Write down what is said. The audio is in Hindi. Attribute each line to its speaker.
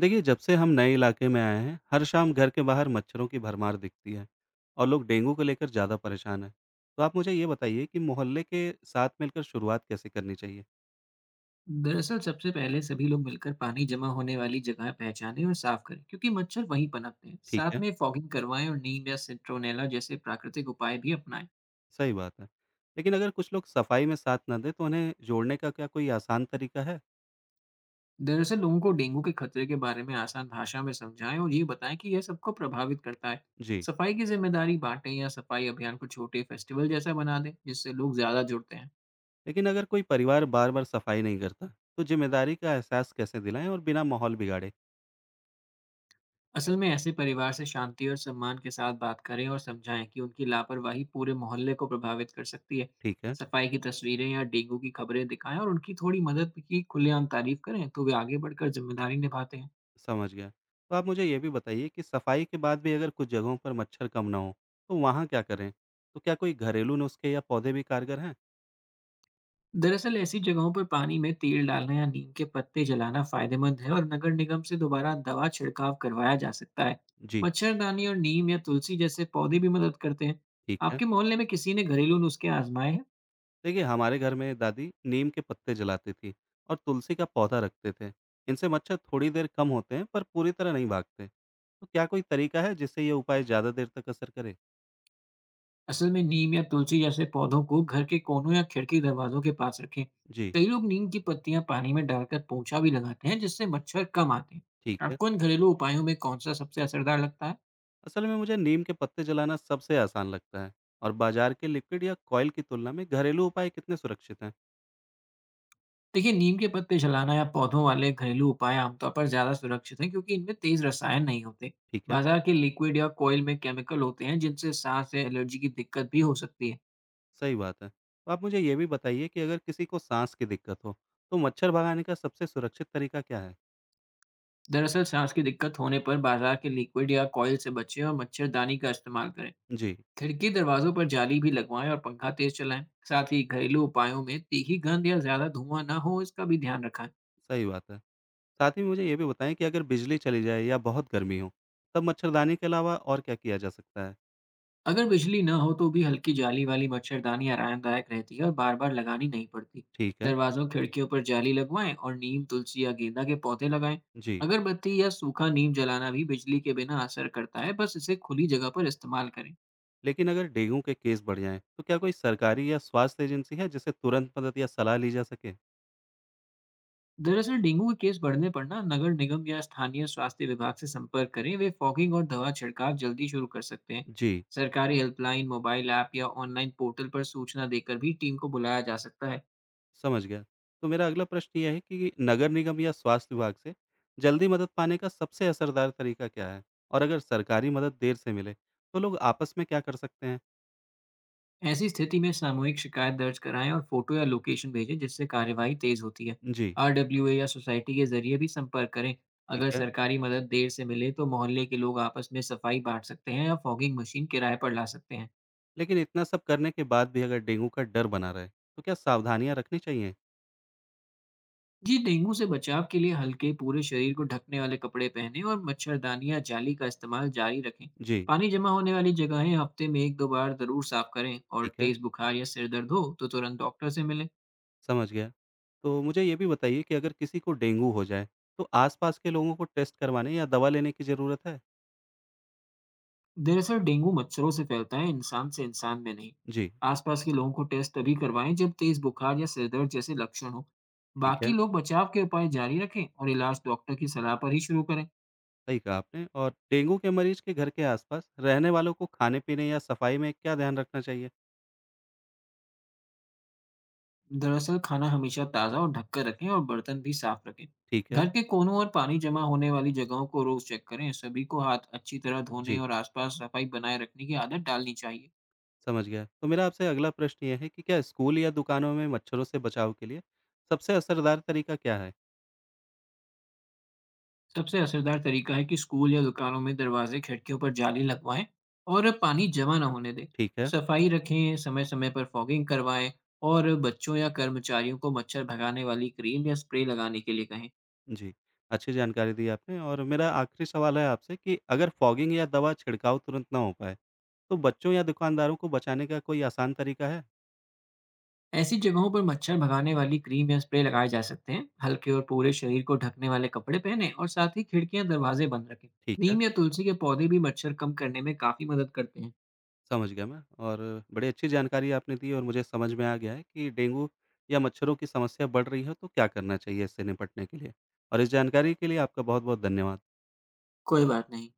Speaker 1: देखिए, जब से हम नए इलाके में आए हैं, हर शाम घर के बाहर मच्छरों की भरमार दिखती है। और लोग डेंगू को लेकर ज़्यादा परेशान हैं। तो आप मुझे ये बताइए कि मोहल्ले के साथ मिलकर शुरुआत कैसे करनी चाहिए।
Speaker 2: दरअसल सबसे पहले सभी लोग मिलकर पानी जमा होने वाली जगह पहचानें और साफ करें, क्योंकि मच्छर वहीं पनपते हैं।
Speaker 1: ठीक
Speaker 2: साथ
Speaker 1: है।
Speaker 2: में फॉगिंग करवाएं और नीम या सिट्रोनेला जैसे प्राकृतिक उपाय भी अपनाएं।
Speaker 1: सही बात है। लेकिन अगर कुछ लोग सफाई में साथ ना दें, तो उन्हें जोड़ने का क्या कोई आसान तरीका है।
Speaker 2: दरअसल लोगों को डेंगू के खतरे के बारे में आसान भाषा में समझाएं और ये बताएं कि यह सबको प्रभावित करता है।
Speaker 1: जी।
Speaker 2: सफाई की जिम्मेदारी बांटें या सफाई अभियान को छोटे फेस्टिवल जैसा बना दें, जिससे लोग ज्यादा जुड़ते हैं।
Speaker 1: लेकिन अगर कोई परिवार बार बार सफाई नहीं करता, तो जिम्मेदारी का एहसास कैसे दिलाएं और बिना माहौल बिगाड़े।
Speaker 2: असल में ऐसे परिवार से शांति और सम्मान के साथ बात करें और समझाएं कि उनकी लापरवाही पूरे मोहल्ले को प्रभावित कर सकती है।
Speaker 1: ठीक है,
Speaker 2: सफाई की तस्वीरें या डेंगू की खबरें दिखाएं और उनकी थोड़ी मदद की खुलेआम तारीफ करें, तो वे आगे बढ़कर जिम्मेदारी निभाते हैं।
Speaker 1: समझ गया। तो आप मुझे ये भी बताइए कि सफाई के बाद भी अगर कुछ जगहों पर मच्छर कम ना हो, तो वहाँ क्या करें? तो क्या कोई घरेलू नुस्खे या पौधे भी कारगर हैं?
Speaker 2: दरअसल ऐसी जगहों पर पानी में तेल डालना या नीम के पत्ते जलाना फायदेमंद है और नगर निगम से दोबारा दवा छिड़काव करवाया जा सकता है।
Speaker 1: जी।
Speaker 2: मच्छरदानी और नीम या तुलसी जैसे पौधे भी मदद करते हैं।
Speaker 1: ठीक है।
Speaker 2: आपके मोहल्ले में किसी ने घरेलू नुस्खे आजमाए हैं?
Speaker 1: देखिए, हमारे घर में दादी नीम के पत्ते जलाती थी और तुलसी का पौधा रखते थे। इनसे मच्छर थोड़ी देर कम होते हैं, पर पूरी तरह नहीं भागते। तो क्या कोई तरीका है जिससे ये उपाय ज़्यादा देर तक असर करे?
Speaker 2: असल में नीम या तुलसी जैसे पौधों को घर के कोनों या खिड़की दरवाजों के पास रखें।
Speaker 1: जी,
Speaker 2: कई लोग नीम की पत्तियां पानी में डालकर पोंछा भी लगाते हैं, जिससे मच्छर कम आते हैं।
Speaker 1: ठीक है।
Speaker 2: आपको इन घरेलू उपायों में कौन सा सबसे असरदार लगता है?
Speaker 1: असल में मुझे नीम के पत्ते जलाना सबसे आसान लगता है। और बाजार के लिक्विड या कॉयल की तुलना में घरेलू उपाय कितने सुरक्षित हैं?
Speaker 2: देखिए, नीम के पत्ते जलाना या पौधों वाले घरेलू उपाय आमतौर पर ज्यादा सुरक्षित हैं, क्योंकि इनमें तेज रसायन नहीं होते।
Speaker 1: ठीक है।
Speaker 2: बाजार के लिक्विड या कॉयल में केमिकल होते हैं, जिनसे सांस या एलर्जी की दिक्कत भी हो सकती है।
Speaker 1: सही बात है। तो आप मुझे ये भी बताइए कि अगर किसी को साँस की दिक्कत हो, तो मच्छर भगाने का सबसे सुरक्षित तरीका क्या है?
Speaker 2: दरअसल सांस की दिक्कत होने पर बाजार के लिक्विड या कॉयल से बचें और मच्छरदानी का इस्तेमाल करें।
Speaker 1: जी,
Speaker 2: खिड़की दरवाजों पर जाली भी लगवाएं और पंखा तेज चलाएं। साथ ही घरेलू उपायों में तीखी गंध या ज्यादा धुआं ना हो, इसका भी ध्यान रखें।
Speaker 1: सही बात है। साथ ही मुझे ये भी बताएँ कि अगर बिजली चली जाए या बहुत गर्मी हो, तब मच्छरदानी के अलावा और क्या किया जा सकता है?
Speaker 2: अगर बिजली ना हो तो भी हल्की जाली वाली मच्छरदानी आरामदायक रहती है और बार बार लगानी नहीं पड़ती।
Speaker 1: ठीक है,
Speaker 2: दरवाजों खिड़कियों पर जाली लगवाएं और नीम तुलसी या गेंदा के पौधे लगाएं।
Speaker 1: जी।
Speaker 2: अगरबत्ती या सूखा नीम जलाना भी बिजली के बिना असर करता है, बस इसे खुली जगह पर इस्तेमाल करें।
Speaker 1: लेकिन अगर डेंगू के केस बढ़ जाएँ, तो क्या कोई सरकारी या स्वास्थ्य एजेंसी है जिससे तुरंत मदद या सलाह ली जा सके?
Speaker 2: दरअसल डेंगू के केस बढ़ने पर ना नगर निगम या स्थानीय स्वास्थ्य विभाग से संपर्क करें, वे फॉगिंग और दवा छिड़काव जल्दी शुरू कर सकते हैं।
Speaker 1: जी,
Speaker 2: सरकारी हेल्पलाइन मोबाइल ऐप या ऑनलाइन पोर्टल पर सूचना देकर भी टीम को बुलाया जा सकता है।
Speaker 1: समझ गया। तो मेरा अगला प्रश्न ये है कि नगर निगम या स्वास्थ्य विभाग से जल्दी मदद पाने का सबसे असरदार तरीका क्या है? और अगर सरकारी मदद देर से मिले, तो लोग आपस में क्या कर सकते हैं?
Speaker 2: ऐसी स्थिति में सामूहिक शिकायत दर्ज कराएं और फोटो या लोकेशन भेजें, जिससे कार्यवाही तेज होती है।
Speaker 1: जी,
Speaker 2: आरडब्ल्यूए या सोसाइटी के जरिए भी संपर्क करें। अगर
Speaker 1: ठीक है।
Speaker 2: सरकारी मदद देर से मिले तो मोहल्ले के लोग आपस में सफाई बांट सकते हैं या फॉगिंग मशीन किराए पर ला सकते हैं।
Speaker 1: लेकिन इतना सब करने के बाद भी अगर डेंगू का डर बना रहे, तो क्या सावधानियाँ रखनी चाहिए?
Speaker 2: जी, डेंगू से बचाव के लिए हल्के पूरे शरीर को ढकने वाले कपड़े पहने और मच्छरदानी या जाली का इस्तेमाल जारी रखें।
Speaker 1: जी,
Speaker 2: पानी जमा होने वाली जगहें हफ्ते में 1 2 बार जरूर साफ करें और
Speaker 1: ठीक है,
Speaker 2: तेज बुखार या सिर दर्द हो तो तुरंत डॉक्टर से मिलें।
Speaker 1: समझ गया। तो मुझे ये भी बताइए कि अगर किसी को डेंगू हो जाए, तो आसपास के लोगों को टेस्ट करवाने या दवा लेने की ज़रूरत है?
Speaker 2: दरअसल डेंगू मच्छरों से फैलता है, इंसान से इंसान में नहीं।
Speaker 1: जी,
Speaker 2: आसपास के लोगों को टेस्ट तभी करवाएं जब तेज बुखार या सिर दर्द जैसे लक्षण हो।
Speaker 1: ठीक
Speaker 2: बाकी
Speaker 1: है।
Speaker 2: लोग बचाव के उपाय जारी रखें और इलाज डॉक्टर की सलाह पर ही शुरू करें।
Speaker 1: सही कहा आपने। और डेंगू के मरीज के घर के आसपास रहने वालों को खाने-पीने या सफाई में क्या ध्यान रखना चाहिए?
Speaker 2: दरअसल खाना हमेशा ताज़ा और ढक कर रखें और बर्तन भी साफ रखें।
Speaker 1: ठीक है।
Speaker 2: घर के कोनों और पानी जमा होने वाली जगहों को रोज चेक करें। सभी को हाथ अच्छी तरह धोने
Speaker 1: जी,
Speaker 2: और आसपास सफाई बनाए रखने की आदत डालनी चाहिए।
Speaker 1: समझ गया। तो मेरा आपसे अगला प्रश्न ये है कि क्या स्कूल या दुकानों में मच्छरों से बचाव के लिए सबसे असरदार तरीका क्या है?
Speaker 2: सबसे असरदार तरीका है कि स्कूल या दुकानों में दरवाजे खिड़कियों पर जाली लगवाएं और पानी जमा न होने दें।
Speaker 1: ठीक है।
Speaker 2: सफाई रखें, समय समय पर फॉगिंग करवाएं और बच्चों या कर्मचारियों को मच्छर भगाने वाली क्रीम या स्प्रे लगाने के लिए कहें।
Speaker 1: जी, अच्छी जानकारी दी आपने। और मेरा आखिरी सवाल है आपसे कि अगर फॉगिंग या दवा छिड़काव तुरंत ना हो पाए, तो बच्चों या दुकानदारों को बचाने का कोई आसान तरीका है?
Speaker 2: ऐसी जगहों पर मच्छर भगाने वाली क्रीम या स्प्रे लगाए जा सकते हैं। हल्के और पूरे शरीर को ढकने वाले कपड़े पहने और साथ ही खिड़कियां दरवाजे बंद रखें।
Speaker 1: ठीक है।
Speaker 2: नीम या तुलसी के पौधे भी मच्छर कम करने में काफी मदद करते हैं।
Speaker 1: समझ गया मैं। और बड़ी अच्छी जानकारी आपने दी और मुझे समझ में आ गया है कि डेंगू या मच्छरों की समस्या बढ़ रही है, तो क्या करना चाहिए इससे निपटने के लिए। और इस जानकारी के लिए आपका बहुत बहुत धन्यवाद।
Speaker 2: कोई बात नहीं।